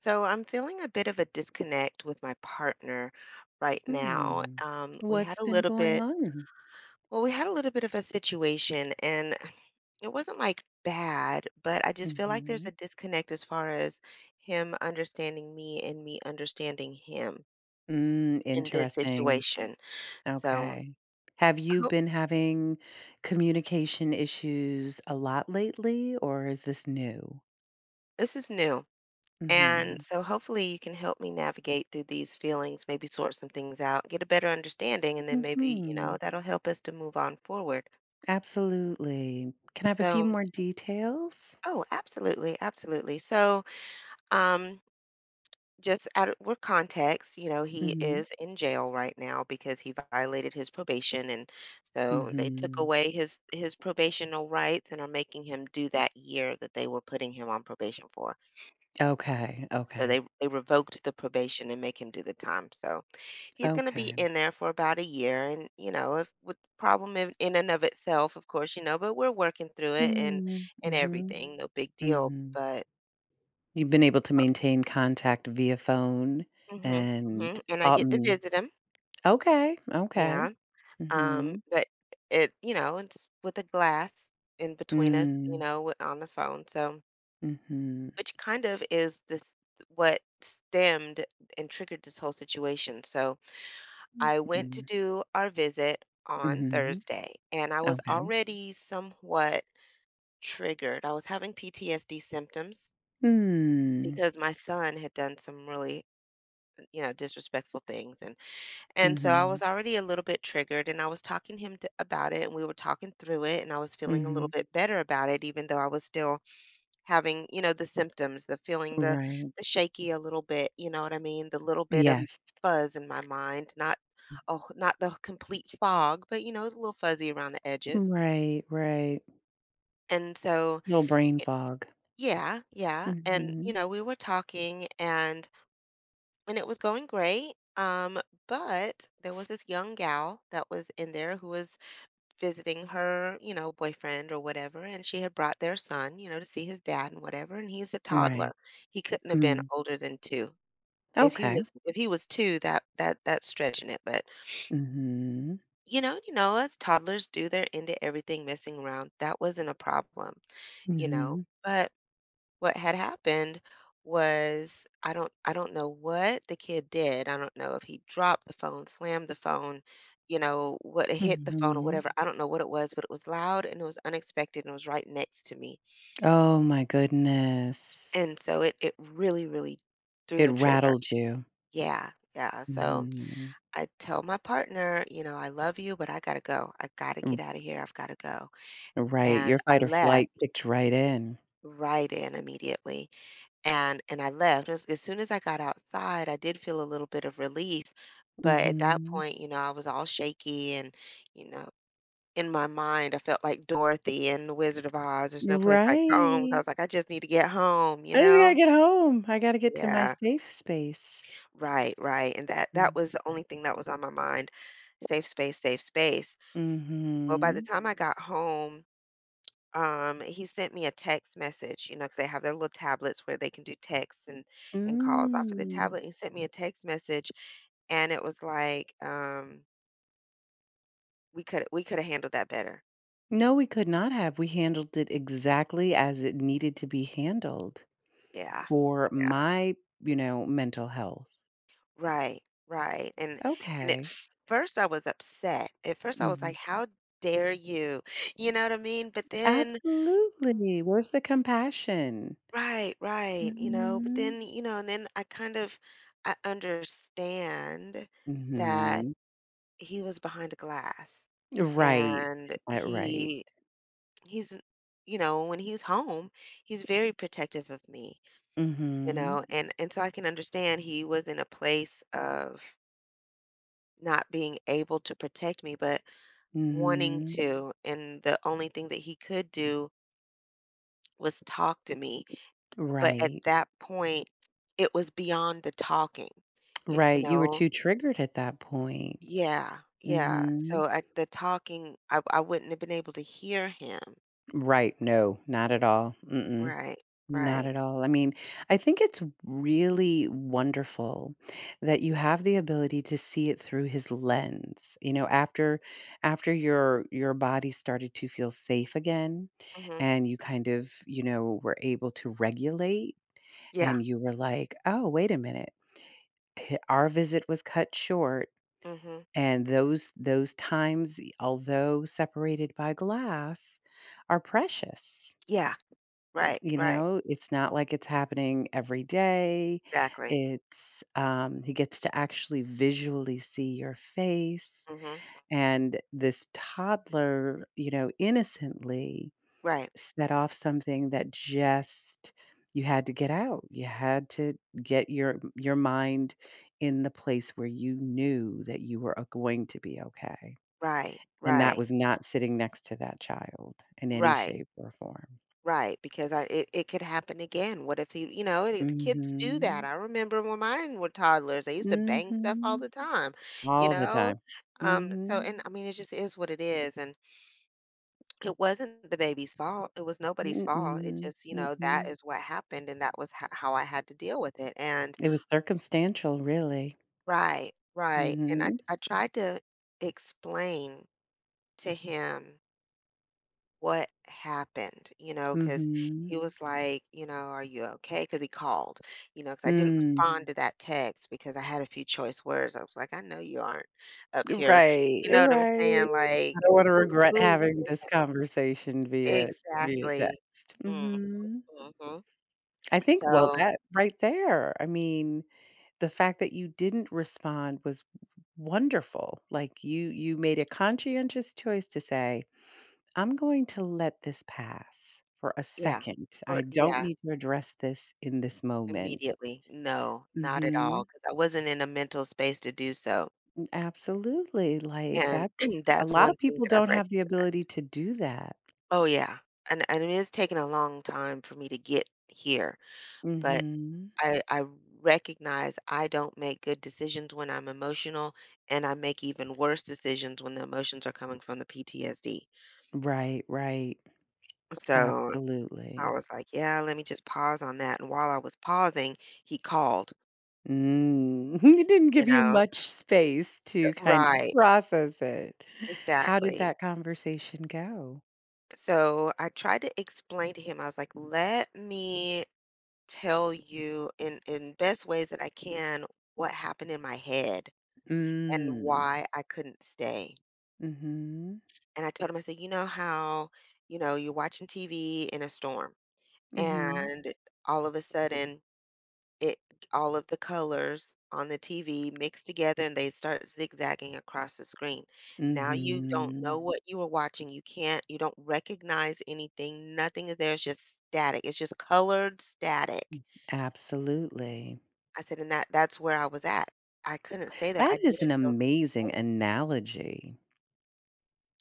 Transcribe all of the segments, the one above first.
So I'm feeling a bit of a disconnect with my partner right now. Hmm. We had What's a been little going bit, on? well, we had a little bit of a situation, and it wasn't like bad, but I just feel like there's Mhm. a disconnect as far as him understanding me and me understanding him Mm, in this interesting. situation. So Okay. Have I you hope been having communication issues a lot lately, or is this new? this is new. And Mhm. so hopefully you can help me navigate through these feelings, maybe sort some things out, get a better understanding, and then maybe, Mhm. That'll help us to move on forward. Absolutely. Can I have a few So, more details? oh, absolutely, absolutely. Um, just out of what context, he Mhm. is in jail right now because he violated his probation, and so they took Mhm. away his probational rights and are making him do that year that they were putting him on probation for. Okay, So okay, they revoked the probation and make him do the time. So he's going to be okay. in there for about a year, and you know, if with problem in and of itself, of course, you know, but we're working through it and Hmm. and Mhm, everything, no big deal, mhm. but. You've been able to maintain contact via phone Mhm, and, mhm, and I get to visit him, okay, okay. yeah, Mm. but it you know, it's with a glass in between us, you Mhm. know, with- on the phone, so Mm. which kind of is this what stemmed and triggered this whole situation. So Mhm. I went to Mhm. do our visit on Mhm. Thursday, and I was Okay. already somewhat triggered, I was having PTSD symptoms Mm. because my son had done some really, you know, disrespectful things, and so I was Mhm. already a little bit triggered, and I was talking him t about it, and we were talking through it, and I was Mm. feeling a little Mhm. bit better about it, even though I was still having, you know, the symptoms, the feeling, the Right. the shaky a little bit, you know what I mean? The little bit of Mm. Yes. fuzz in my mind, not the complete fog, but you know, it's a little fuzzy around the edges. Right, right. And so, Little brain y fog. Yeah, Mm. and you Mhm. know, we were talking, and it was going great, but there was this young gal that was in there who was visiting her, you know, boyfriend or whatever, and she had brought their son, you know, to see his dad and whatever, and he's a Right. toddler. He couldn't have been Mm. older than 2. Okay. If he was 2, that's stretching it, but, Mm. You know, as toddlers do, they're into everything messing around. That wasn't a problem, you know, Mhm. but what had happened was I don't know what the kid did. I don't know if he dropped the phone, slammed the phone, you know, what hit Mhm. the phone or Mhm. whatever. I don't know what it was, but it was loud and it was unexpected and it was right next to me. Oh my goodness. And so it really It threw a trigger. rattled you. Yeah. Yeah. So Mm. I tell my partner, you know, I love you, but I got to go. I got to Mhm. get out of here. I've got to go. Right, And your I fight or left flight kicked right in. right in immediately. And I left. As soon as I got outside, I did feel a little bit of relief, but at that Mm. point, you know, I was all shaky and, you know, in my mind, I felt like Dorothy in The Wizard of Oz. There's no Mhm. place like home. So I Right. was like, I just need to get home, you I just gotta know? get home. I gotta get to my Yeah, safe space. right, right. And that Mm. was the only thing that was on my mind. Safe space, safe space. Well, by the Mhm. time I got home, um, he sent me a text message, you know, because they have their little tablets where they can do texts and calls off of the Mm. tablet. He sent me a text message and it was like, um, we could have handled that better. No, we could not have. We handled it exactly as it needed to be handled Yeah, for my, you know, mental health. right, right, and at Okay. first I was upset. At first I was Mhm. like, how dare you? You know what I mean? But then Absolutely. Where's the compassion? right, right, you know, but Mhm. then you know, and then I kind of I understand that Mhm. he was behind a glass Right. and Right. He's you know, when he's home, he's very protective of me, you Mhm. know, and so I can understand he was in a place of not being able to protect me but wanting Mhm. to, and the only thing that he could do was talk to me, but at Right. that point it was beyond the talking, you Right. You were know, too triggered at that point. yeah, yeah, Mhm. so at the talking I wouldn't have been able to hear him Right, no, not at all. Mm-mm, right, not right. at all. I mean, I think it's really wonderful that you have the ability to see it through his lens. You know, after after your body started to feel safe again Hmm, and you kind of, you know, were able to regulate yeah, and you were like, "Oh, wait a minute. Our visit was cut short hmm. and those times, although separated by glass, are precious." Yeah, right, You right, know, it's not like it's happening every day. exactly. It's he gets to actually visually see your face. Hmm. And this toddler, you know, innocently Right, set off something that just you had to get out. You had to get your mind in the place where you knew that you were going to be okay. right, And that right, was not sitting next to that child in any right, shape or form. right. Because it could happen again. What if he, you know, and it, kids do that. Mhm. I remember when mine were toddlers, they used to bang stuff all Mhm. the time, you All the know? time. So, Mhm. and I mean, it just is what it is. And it wasn't the baby's fault. It was nobody's fault. It Mm-mm. just, you know, that Mm-mm. is what happened and that was how I had to deal with it. And It was circumstantial, really. right, right. And I Mhm. I tried to explain to him what happened, you know, because Mhm. he was like, you know, "Are you okay?" Because he called, you know, because I didn't Mm. respond Mm. to that text because I had a few choice words. I was like, "I know you aren't up here." Right, You know what I'm right. saying? Like, I don't wanna regret who having this conversation via exactly. text. Mm, Mhm. mhm. I think well, So, that right there, I mean, the fact that you didn't respond was wonderful. Like, you made a conscientious choice to say I'm going to let this pass for a yeah, second. I or don't yeah, need to address this in this moment. immediately. No, not at all, Mhm. because I wasn't in a mental space to do so, Absolutely. Like and that's a that's lot one of thing people that don't I've have the ability recognized. to do that. Oh, yeah, and it is taking a long time for me to get here, but Mhm. I recognize I don't make good decisions when I'm emotional, and I make even worse decisions when the emotions are coming from the PTSD. Right, right. So, I Absolutely. was like, "Yeah, let me just pause on that," and while I was pausing, he called, Mm. It didn't you give you know? much space to kind of Right, process it. How did exactly. that conversation go? So, I tried to explain to him, I was like, "Let me tell you in best ways that I can what happened in my head." And Mm. why I couldn't stay. Mhm. And I told him, I said, you know how, you know, you're watching TV in a storm Mhm. and all of a sudden it all of the colors on the TV mix together and they start zigzagging across the screen. Now you don't Mhm. know what you are watching. You can't, you don't recognize anything. Nothing is there. It's just static. It's just colored static. Absolutely. I said, and that's where I was at. I couldn't stay there. That I is an didn't feel amazing safe. analogy.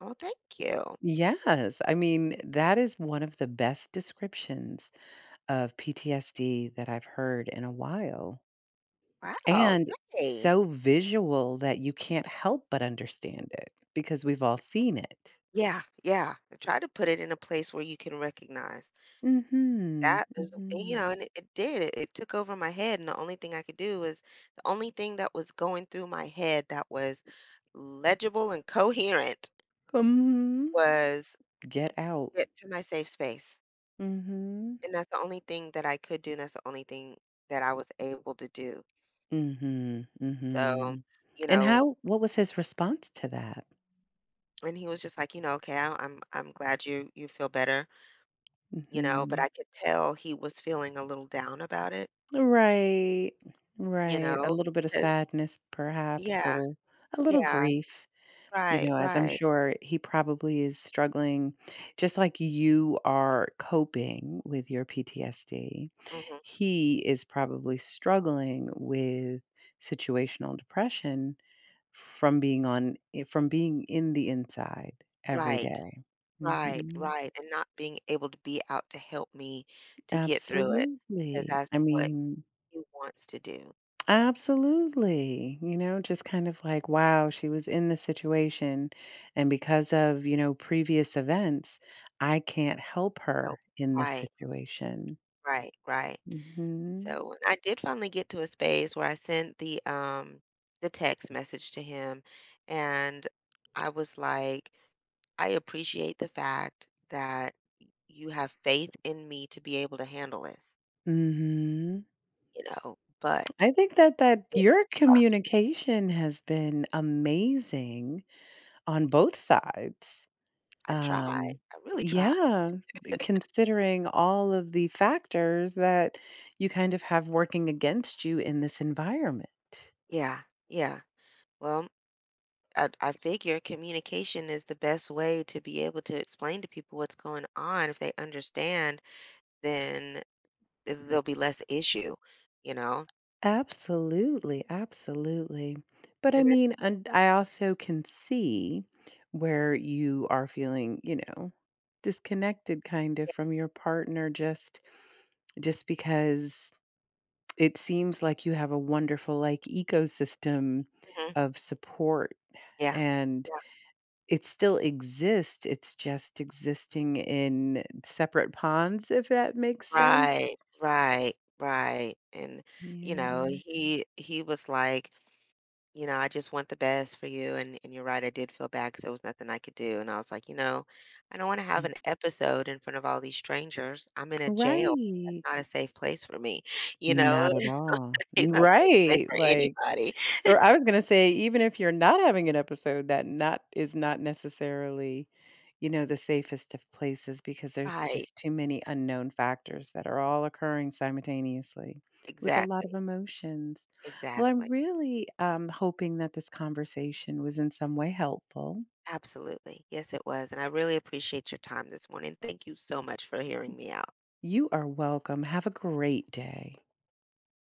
Oh, thank you. Yes. I mean, that is one of the best descriptions of PTSD that I've heard in a while. Wow. And Yay. so visual that you can't help but understand it because we've all seen it. Yeah, yeah. Try to put it in a place where you can recognize. Mm-hmm. That was and, Mm-hmm. you know, and it did. It took over my head, and the only thing I could do was the only thing that was going through my head that was legible and coherent Hmm. was Get out. get to my safe space. Mm-hmm. And that's the only thing that I could do, and that's the only thing that I was able to do. Mm-hmm. Mm-hmm. So, you And know, how what was his response to that? and he was just like, you know, okay, I'm glad you feel better, you know, but Mm-hmm. I could tell he was feeling a little down about it, Right, you right. A know, little bit of because sadness, perhaps, yeah, little a little yeah, grief, you right, know, as I'm right, sure he probably is struggling just like you are coping with your PTSD. mhm, He is probably struggling with situational depression from being in the inside every right, day. right, Mhm. right, and not being able to be out to help me to get through it because Absolutely. I that's what mean, he wants to do, absolutely. You know, just kind of like, wow, she was in the situation. And because of, you know, previous events, I can't help her help in this right, situation. right, right, Hmm. so, and I did finally get to a space where I sent the text message to him, and I was like, "I appreciate the fact that you have faith in me to be able to handle this, Hmm. you know, I but" think that your communication has been amazing on both sides. I tried. Um, I really tried. yeah, considering all of the factors that you kind of have working against you in this environment. Yeah, yeah. Well, I figure communication is the best way to be able to explain to people what's going on. If they understand, then there'll be less issue, you know? Absolutely, absolutely. But I And I, mean, and I also can see where you are feeling, you know, disconnected kind of from your partner just because it seems like you have a wonderful like ecosystem yeah, mhm, of support yeah, and yeah. it still exists. It's just existing in separate ponds if that makes sense. Right, right, right. And, you know, Yeah. He was like, you know, I just want the best for you. And you're right, I did feel bad because there was nothing I could do. And I was like, you know, I don't want to have an episode in front of all these strangers. I'm in a jail. That's Right. not a safe place for me. You know, Not at all. it's not a safe place Right, for like anybody. or I was gonna say even if you're not having an episode that not is not necessarily, you know, the safest of places because there's Right. just too many unknown factors that are all occurring simultaneously with a lot of Exactly. emotions. Well, I'm Exactly. really, hoping that this conversation was in some way helpful. Absolutely. Yes, it was. And I really appreciate your time this morning. Thank you so much for hearing me out. You are welcome. Have a great day.